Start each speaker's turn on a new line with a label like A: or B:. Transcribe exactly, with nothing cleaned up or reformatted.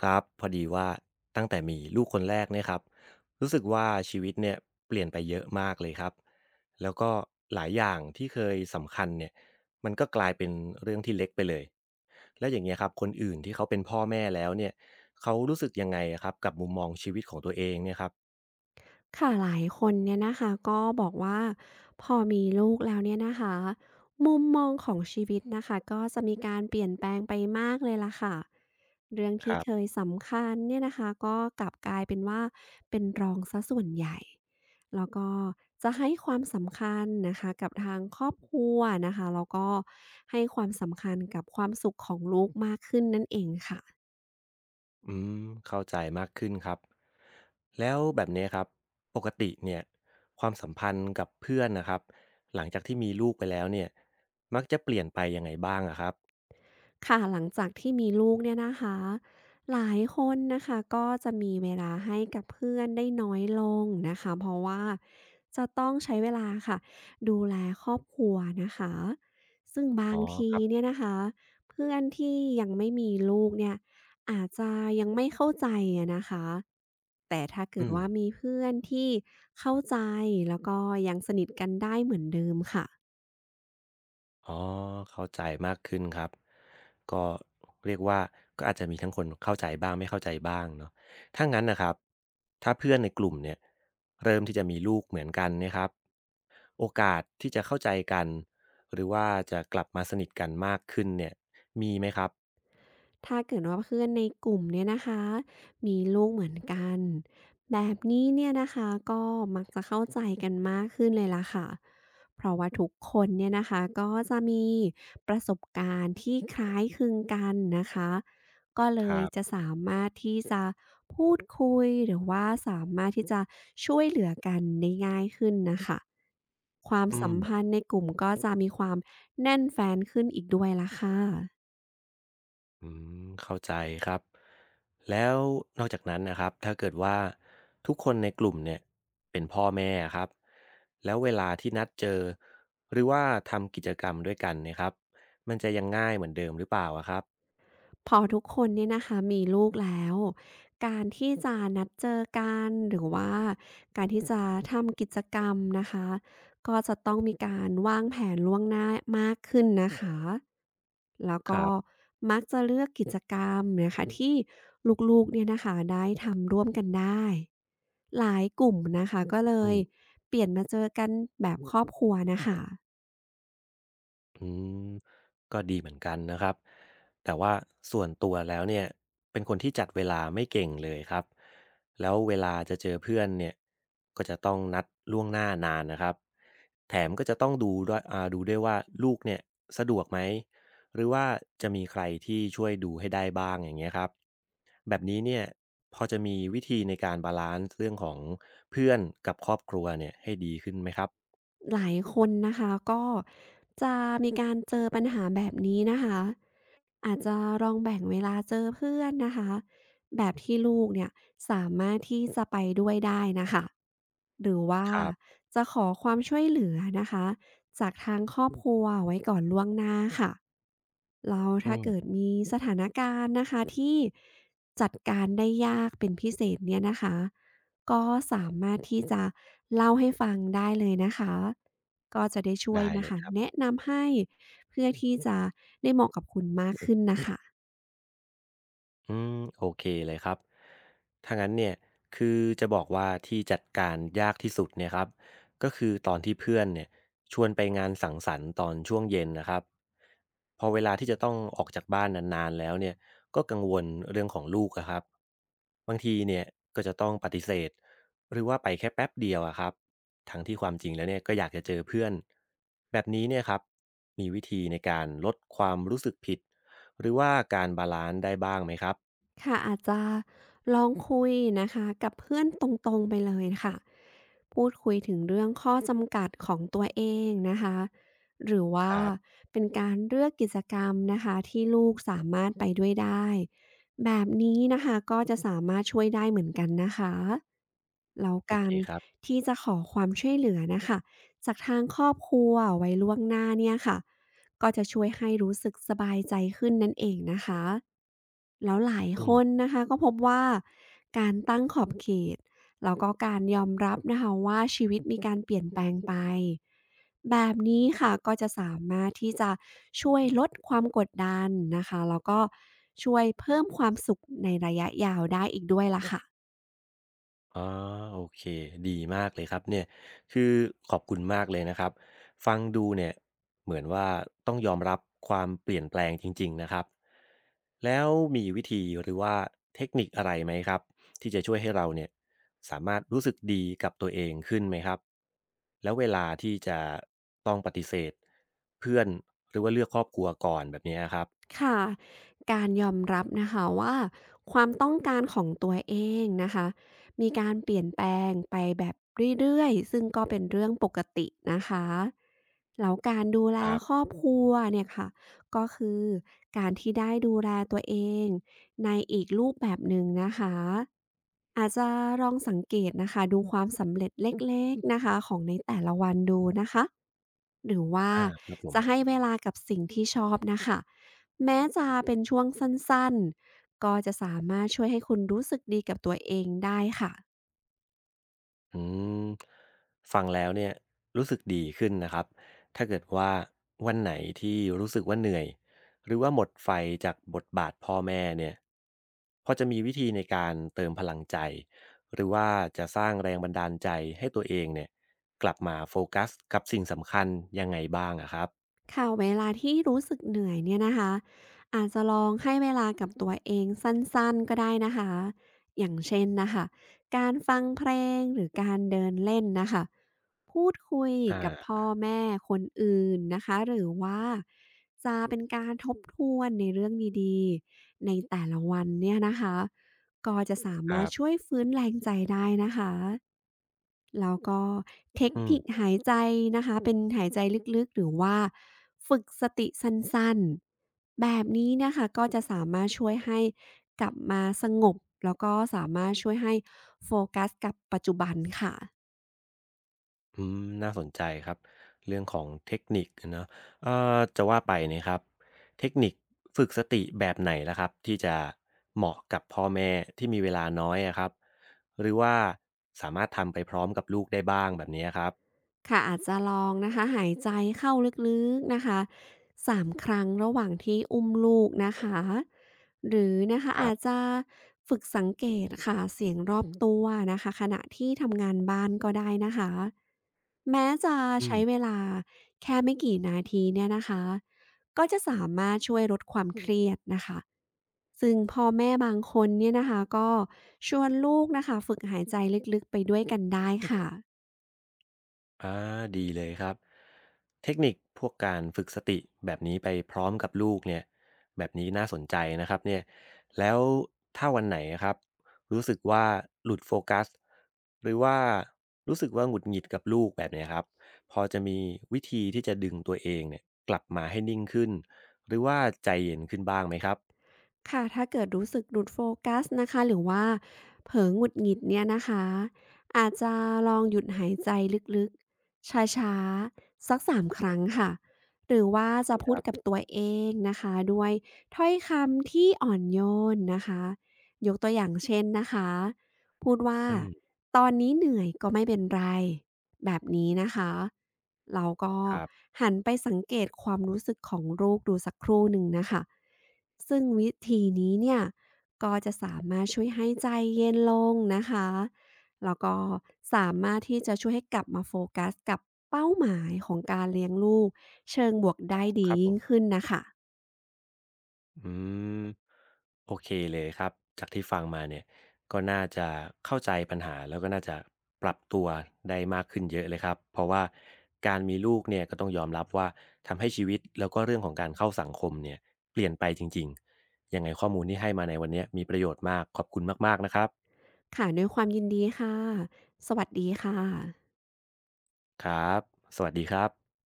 A: ครับพอดีว่าตั้งแต่มีลูกคนแรกเนี่ยครับรู้สึกว่าชีวิตเนี่ยเปลี่ยนไปเยอะมากเลยครับแล้วก็หลายอย่างที่เคยสำคัญเนี่ยมันก็กลายเป็นเรื่องที่เล็กไปเลยแล้วอย่างเงี้ยครับคนอื่นที่เขาเป็นพ่อแม่แล้วเนี่ยเขารู้สึกยังไงอะครับกับมุมมองชีวิตของตัวเองเนี่ยครับ
B: ค่ะหลายคนเนี่ยนะคะก็บอกว่าพอมีลูกแล้วเนี่ยนะคะมุมมองของชีวิตนะคะก็จะมีการเปลี่ยนแปลงไปมากเลยล่ะค่ะเรื่องที่เคยสำคัญเนี่ยนะคะก็กลับกลายเป็นว่าเป็นรองซะส่วนใหญ่แล้วก็จะให้ความสำคัญนะคะกับทางครอบครัวนะคะแล้วก็ให้ความสำคัญกับความสุขของลูกมากขึ้นนั่นเองค่ะ
A: อืมเข้าใจมากขึ้นครับแล้วแบบนี้ครับปกติเนี่ยความสัมพันธ์กับเพื่อนนะครับหลังจากที่มีลูกไปแล้วเนี่ยมักจะเปลี่ยนไปยังไงบ้างอะครับ
B: ค่ะหลังจากที่มีลูกเนี่ยนะคะหลายคนนะคะก็จะมีเวลาให้กับเพื่อนได้น้อยลงนะคะเพราะว่าจะต้องใช้เวลาค่ะดูแลครอบครัวนะคะซึ่งบา
A: อ๋อ
B: งที
A: ครับ
B: เนี่ยนะคะเพื่อนที่ยังไม่มีลูกเนี่ยอาจจะยังไม่เข้าใจอะนะคะแต่ถ้าเกิ
A: อื
B: ด
A: ม
B: ว่ามีเพื่อนที่เข้าใจแล้วก็ยังสนิทกันได้เหมือนเดิมค่ะ
A: อ๋อเข้าใจมากขึ้นครับก็เรียกว่าก็อาจจะมีทั้งคนเข้าใจบ้างไม่เข้าใจบ้างเนาะถ้างั้นนะครับถ้าเพื่อนในกลุ่มเนี่ยเริ่มที่จะมีลูกเหมือนกันเนะครับโอกาสที่จะเข้าใจกันหรือว่าจะกลับมาสนิทกันมากขึ้นเนี่ยมีไหมครับ
B: ถ้าเกิดว่าเพื่อนในกลุ่มเนี่ยนะคะมีลูกเหมือนกันแบบนี้เนี่ยนะคะก็มักจะเข้าใจกันมากขึ้นเลยล่ะค่ะเพราะว่าทุกคนเนี่ยนะคะก็จะมีประสบการณ์ที่คล้ายคลึงกันนะคะก็เล
A: ค
B: ย
A: รั
B: จะ
A: บ
B: สามารถที่จะพูดคุยหรือว่าสามารถที่จะช่วยเหลือกันได้ง่ายขึ้นนะคะความ
A: อื
B: สัม
A: ม
B: พันธ์ในกลุ่มก็จะมีความแน่นแฟนขึ้นอีกด้วยล่ะค่ะ
A: อืมเข้าใจครับแล้วนอกจากนั้นนะครับถ้าเกิดว่าทุกคนในกลุ่มเนี่ยเป็นพ่อแม่ครับแล้วเวลาที่นัดเจอหรือว่าทำกิจกรรมด้วยกันเนะครับมันจะยังง่ายเหมือนเดิมหรือเปล่าอะครับ
B: พอทุกคนเนี่ยนะคะมีลูกแล้วการที่จะนัดเจอกันหรือว่าการที่จะทำกิจกรรมนะคะก็จะต้องมีการวางแผนล่วงหน้ามากขึ้นนะคะแล้ว
A: ค
B: ก็
A: รับ
B: มักจะเลือกกิจกรรมนะคะที่ลูกๆเนี่ยนะคะได้ทำร่วมกันได้หลายกลุ่มนะคะก็เล
A: อื
B: ย
A: ม
B: เปลี่ยนมาเจอกันแบบครอบครัวนะคะ
A: อืมก็ดีเหมือนกันนะครับแต่ว่าส่วนตัวแล้วเนี่ยเป็นคนที่จัดเวลาไม่เก่งเลยครับแล้วเวลาจะเจอเพื่อนเนี่ยก็จะต้องนัดล่วงหน้านานนะครับแถมก็จะต้องดูด้วยอ่าดูด้วยว่าลูกเนี่ยสะดวกไหมหรือว่าจะมีใครที่ช่วยดูให้ได้บ้างอย่างเงี้ยครับแบบนี้เนี่ยพอจะมีวิธีในการบาลานซ์เรื่องของเพื่อนกับครอบครัวเนี่ยให้ดีขึ้นไหมครับ
B: หลายคนนะคะก็จะมีการเจอปัญหาแบบนี้นะคะอาจจะลองแบ่งเวลาเจอเพื่อนนะคะแบบที่ลูกเนี่ยสามารถที่จะไปด้วยได้นะคะหรือว่า
A: ครับ
B: จะขอความช่วยเหลือนะคะจากทางครอบครัวไว้ก่อนล่วงหน้าค่ะแล้ว
A: อื
B: ถ้าเกิด
A: ม
B: มีสถานการณ์นะคะที่จัดการได้ยากเป็นพิเศษเนี่ยนะคะ ก็สามารถที่จะเล่าให้ฟังได้เลยนะคะ ก็จะได้ช่วย
A: ได้เล
B: นะ
A: ย
B: คะแนะนำให้เพื่อที่จะได้เหมาะกับคุณมากขึ้นนะคะ
A: อืมโอเคเลยครับถ้างั้นเนี่ยคือจะบอกว่าที่จัดการยากที่สุดเนี่ยครับก็คือตอนที่เพื่อนเนี่ยชวนไปงานสังสรรค์ตอนช่วงเย็นนะครับพอเวลาที่จะต้องออกจากบ้านนานๆแล้วเนี่ยก็กังวลเรื่องของลูกอะครับบางทีเนี่ยก็จะต้องปฏิเสธหรือว่าไปแค่แป๊บเดียวอะครับทั้งที่ความจริงแล้วเนี่ยก็อยากจะเจอเพื่อนแบบนี้เนี่ยครับมีวิธีในการลดความรู้สึกผิดหรือว่าการบาลานซ์ได้บ้างไหมครับ
B: ค่ะอาจจะลองคุยนะคะกับเพื่อนตรงๆไปเลยค่ะพูดคุยถึงเรื่องข้อจำกัดของตัวเองนะคะหรือ
A: ค
B: ว่า
A: รับ
B: เป็นการเลือกกิจกรรมนะคะที่ลูกสามารถไปด้วยได้แบบนี้นะคะก็จะสามารถช่วยได้เหมือนกันนะคะแล้ว
A: โอ
B: กา
A: เค
B: ร
A: ครับ
B: ที่จะขอความช่วยเหลือนะคะจากทางครอบครัวไว้ล่วงหน้าเนี่ยค่ะ ก็จะช่วยให้รู้สึกสบายใจขึ้นนั่นเองนะคะแล้วหลาย
A: อื
B: คน
A: ม
B: นะคะก็พบว่าการตั้งขอบเขตแล้วก็การยอมรับนะคะว่าชีวิตมีการเปลี่ยนแปลงไปแบบนี้ค่ะก็จะสามารถที่จะช่วยลดความกดดันนะคะแล้วก็ช่วยเพิ่มความสุขในระยะยาวได้อีกด้วยล่ะค่ะ
A: อ๋อโอเคดีมากเลยครับเนี่ยคือขอบคุณมากเลยนะครับฟังดูเนี่ยเหมือนว่าต้องยอมรับความเปลี่ยนแปลงจริงๆนะครับแล้วมีวิธีหรือว่าเทคนิคอะไรไหมครับที่จะช่วยให้เราเนี่ยสามารถรู้สึกดีกับตัวเองขึ้นไหมครับแล้วเวลาที่จะต้องปฏิเสธเพื่อนหรือว่าเลือกครอบครัวก่อนแบบนี้ครับ
B: ค่ะการยอมรับนะคะว่าความต้องการของตัวเองนะคะมีการเปลี่ยนแปลงไปแบบเรื่อยๆซึ่งก็เป็นเรื่องปกตินะคะแล้วการดูแล
A: ครั
B: คร
A: บ
B: อบครัวเนี่ยค่ะก็คือการที่ได้ดูแลตัวเองในอีกรูปแบบหนึ่งนะคะอาจจะลองสังเกตนะคะดูความสำเร็จเล็กๆนะคะของในแต่ละวันดูนะคะหรือว่า
A: อาครับผม
B: จะให้เวลากับสิ่งที่ชอบนะคะ แม้จะเป็นช่วงสั้นๆ ก็จะสามารถช่วยให้คุณรู้สึกดีกับตัวเองได้ค่ะ
A: อืมฟังแล้วเนี่ยรู้สึกดีขึ้นนะครับถ้าเกิดว่าวันไหนที่รู้สึกว่าเหนื่อยหรือว่าหมดไฟจากบทบาทพ่อแม่เนี่ยพอจะมีวิธีในการเติมพลังใจหรือว่าจะสร้างแรงบันดาลใจให้ตัวเองเนี่ยกลับมาโฟกัสกับสิ่งสำคัญยังไงบ้างอะครับ
B: ค่ะเวลาที่รู้สึกเหนื่อยเนี่ยนะคะอาจจะลองให้เวลากับตัวเองสั้นๆก็ได้นะคะอย่างเช่นนะคะการฟังเพลงหรือการเดินเล่นนะคะพูดคุย
A: อ่
B: กับ
A: า
B: พ่อแม่คนอื่นนะคะหรือว่าจะเป็นการทบทวนในเรื่องดีๆในแต่ละวันเนี่ยนะคะก็จะสา
A: ค
B: มา
A: รั
B: รถช่
A: บ
B: วยฟื้นแรงใจได้นะคะ แล้วก็เทค
A: อืม
B: นิคหายใจนะคะเป็นหายใจลึกๆหรือว่าฝึกสติสั้นๆแบบนี้นะคะก็จะสามารถช่วยให้กลับมาสงบแล้วก็สามารถช่วยให้โฟกัสกับปัจจุบันค่ะ
A: อืมน่าสนใจครับเรื่องของเทคนิคเนอะเอ่อจะว่าไปเนี่ยครับเทคนิคฝึกสติแบบไหนล่ะครับที่จะเหมาะกับพ่อแม่ที่มีเวลาน้อยอะครับหรือว่าสามารถทำไปพร้อมกับลูกได้บ้างแบบนี้ครับ
B: ค่ะอาจจะลองนะคะหายใจเข้าลึกๆนะคะสามครั้งระหว่างที่อุ้มลูกนะคะหรือนะคะ
A: ครั
B: อาจ
A: บ
B: จะฝึกสังเกตค่ะเสียงรอบตัวนะคะขณะที่ทำงานบ้านก็ได้นะคะแม้จะ
A: อื
B: ใช้เว
A: ม
B: ลาแค่ไม่กี่นาทีเนี่ยนะคะก็จะสามารถช่วยลดความเครียดนะคะซึ่งพ่อแม่บางคนเนี่ยนะคะก็ชวนลูกนะคะฝึกหายใจลึกๆไปด้วยกันได้ค่ะ
A: อาดีเลยครับ เทคนิคพวกการฝึกสติแบบนี้ไปพร้อมกับลูกเนี่ยแบบนี้น่าสนใจนะครับเนี่ยแล้วถ้าวันไหนะครับ รู้สึกว่าหลุดโฟกัสหรือว่ารู้สึกว่าหงุดหงิดกับลูกแบบเนี้ยครับพอจะมีวิธีที่จะดึงตัวเองเนี่ยกลับมาให้นิ่งขึ้น หรือว่าใจเย็นขึ้นบ้างไหมครับ
B: ค่ะถ้าเกิดรู้สึกหลุดโฟกัสนะคะหรือว่าเผลอหงุดหงิดเนี่ยนะคะอาจจะลองหยุดหายใจลึกๆช้าๆ สักสามครั้งค่ะหรือว่าจะ
A: ค
B: พูด
A: รั
B: กับ
A: บ
B: ตัวเองนะคะด้วยถ้อยคำที่อ่อนโยนนะคะยกตัวอย่างเช่นนะคะพูดว่า
A: อืม
B: ตอนนี้เหนื่อยก็ไม่เป็นไร แบบนี้นะคะ เราก็
A: ครับ
B: หันไปสังเกตความรู้สึกของลูกดูสักครู่หนึ่งนะคะซึ่งวิธีนี้เนี่ยก็จะสามารถช่วยให้ใจเย็นลงนะคะ แล้วก็สามารถที่จะช่วยให้กลับมาโฟกัสกับเป้าหมายของการเลี้ยงลูกเชิงบวกได้
A: ค
B: ดี
A: รับผ
B: ยิ่ง
A: ม
B: ขึ้นนะคะ
A: อืมโอเคเลยครับจากที่ฟังมาเนี่ยก็น่าจะเข้าใจปัญหาแล้วก็น่าจะปรับตัวได้มากขึ้นเยอะเลยครับเพราะว่าการมีลูกเนี่ยก็ต้องยอมรับว่าทำให้ชีวิตแล้วก็เรื่องของการเข้าสังคมเนี่ยเปลี่ยนไปจริงๆยังไงข้อมูลที่ให้มาในวันเนี้ยมีประโยชน์มากขอบคุณมากๆนะครับ
B: ค่ะด้วยความยินดีค่ะ สวัสดีค่ะ
A: ครับสวัสดีครับ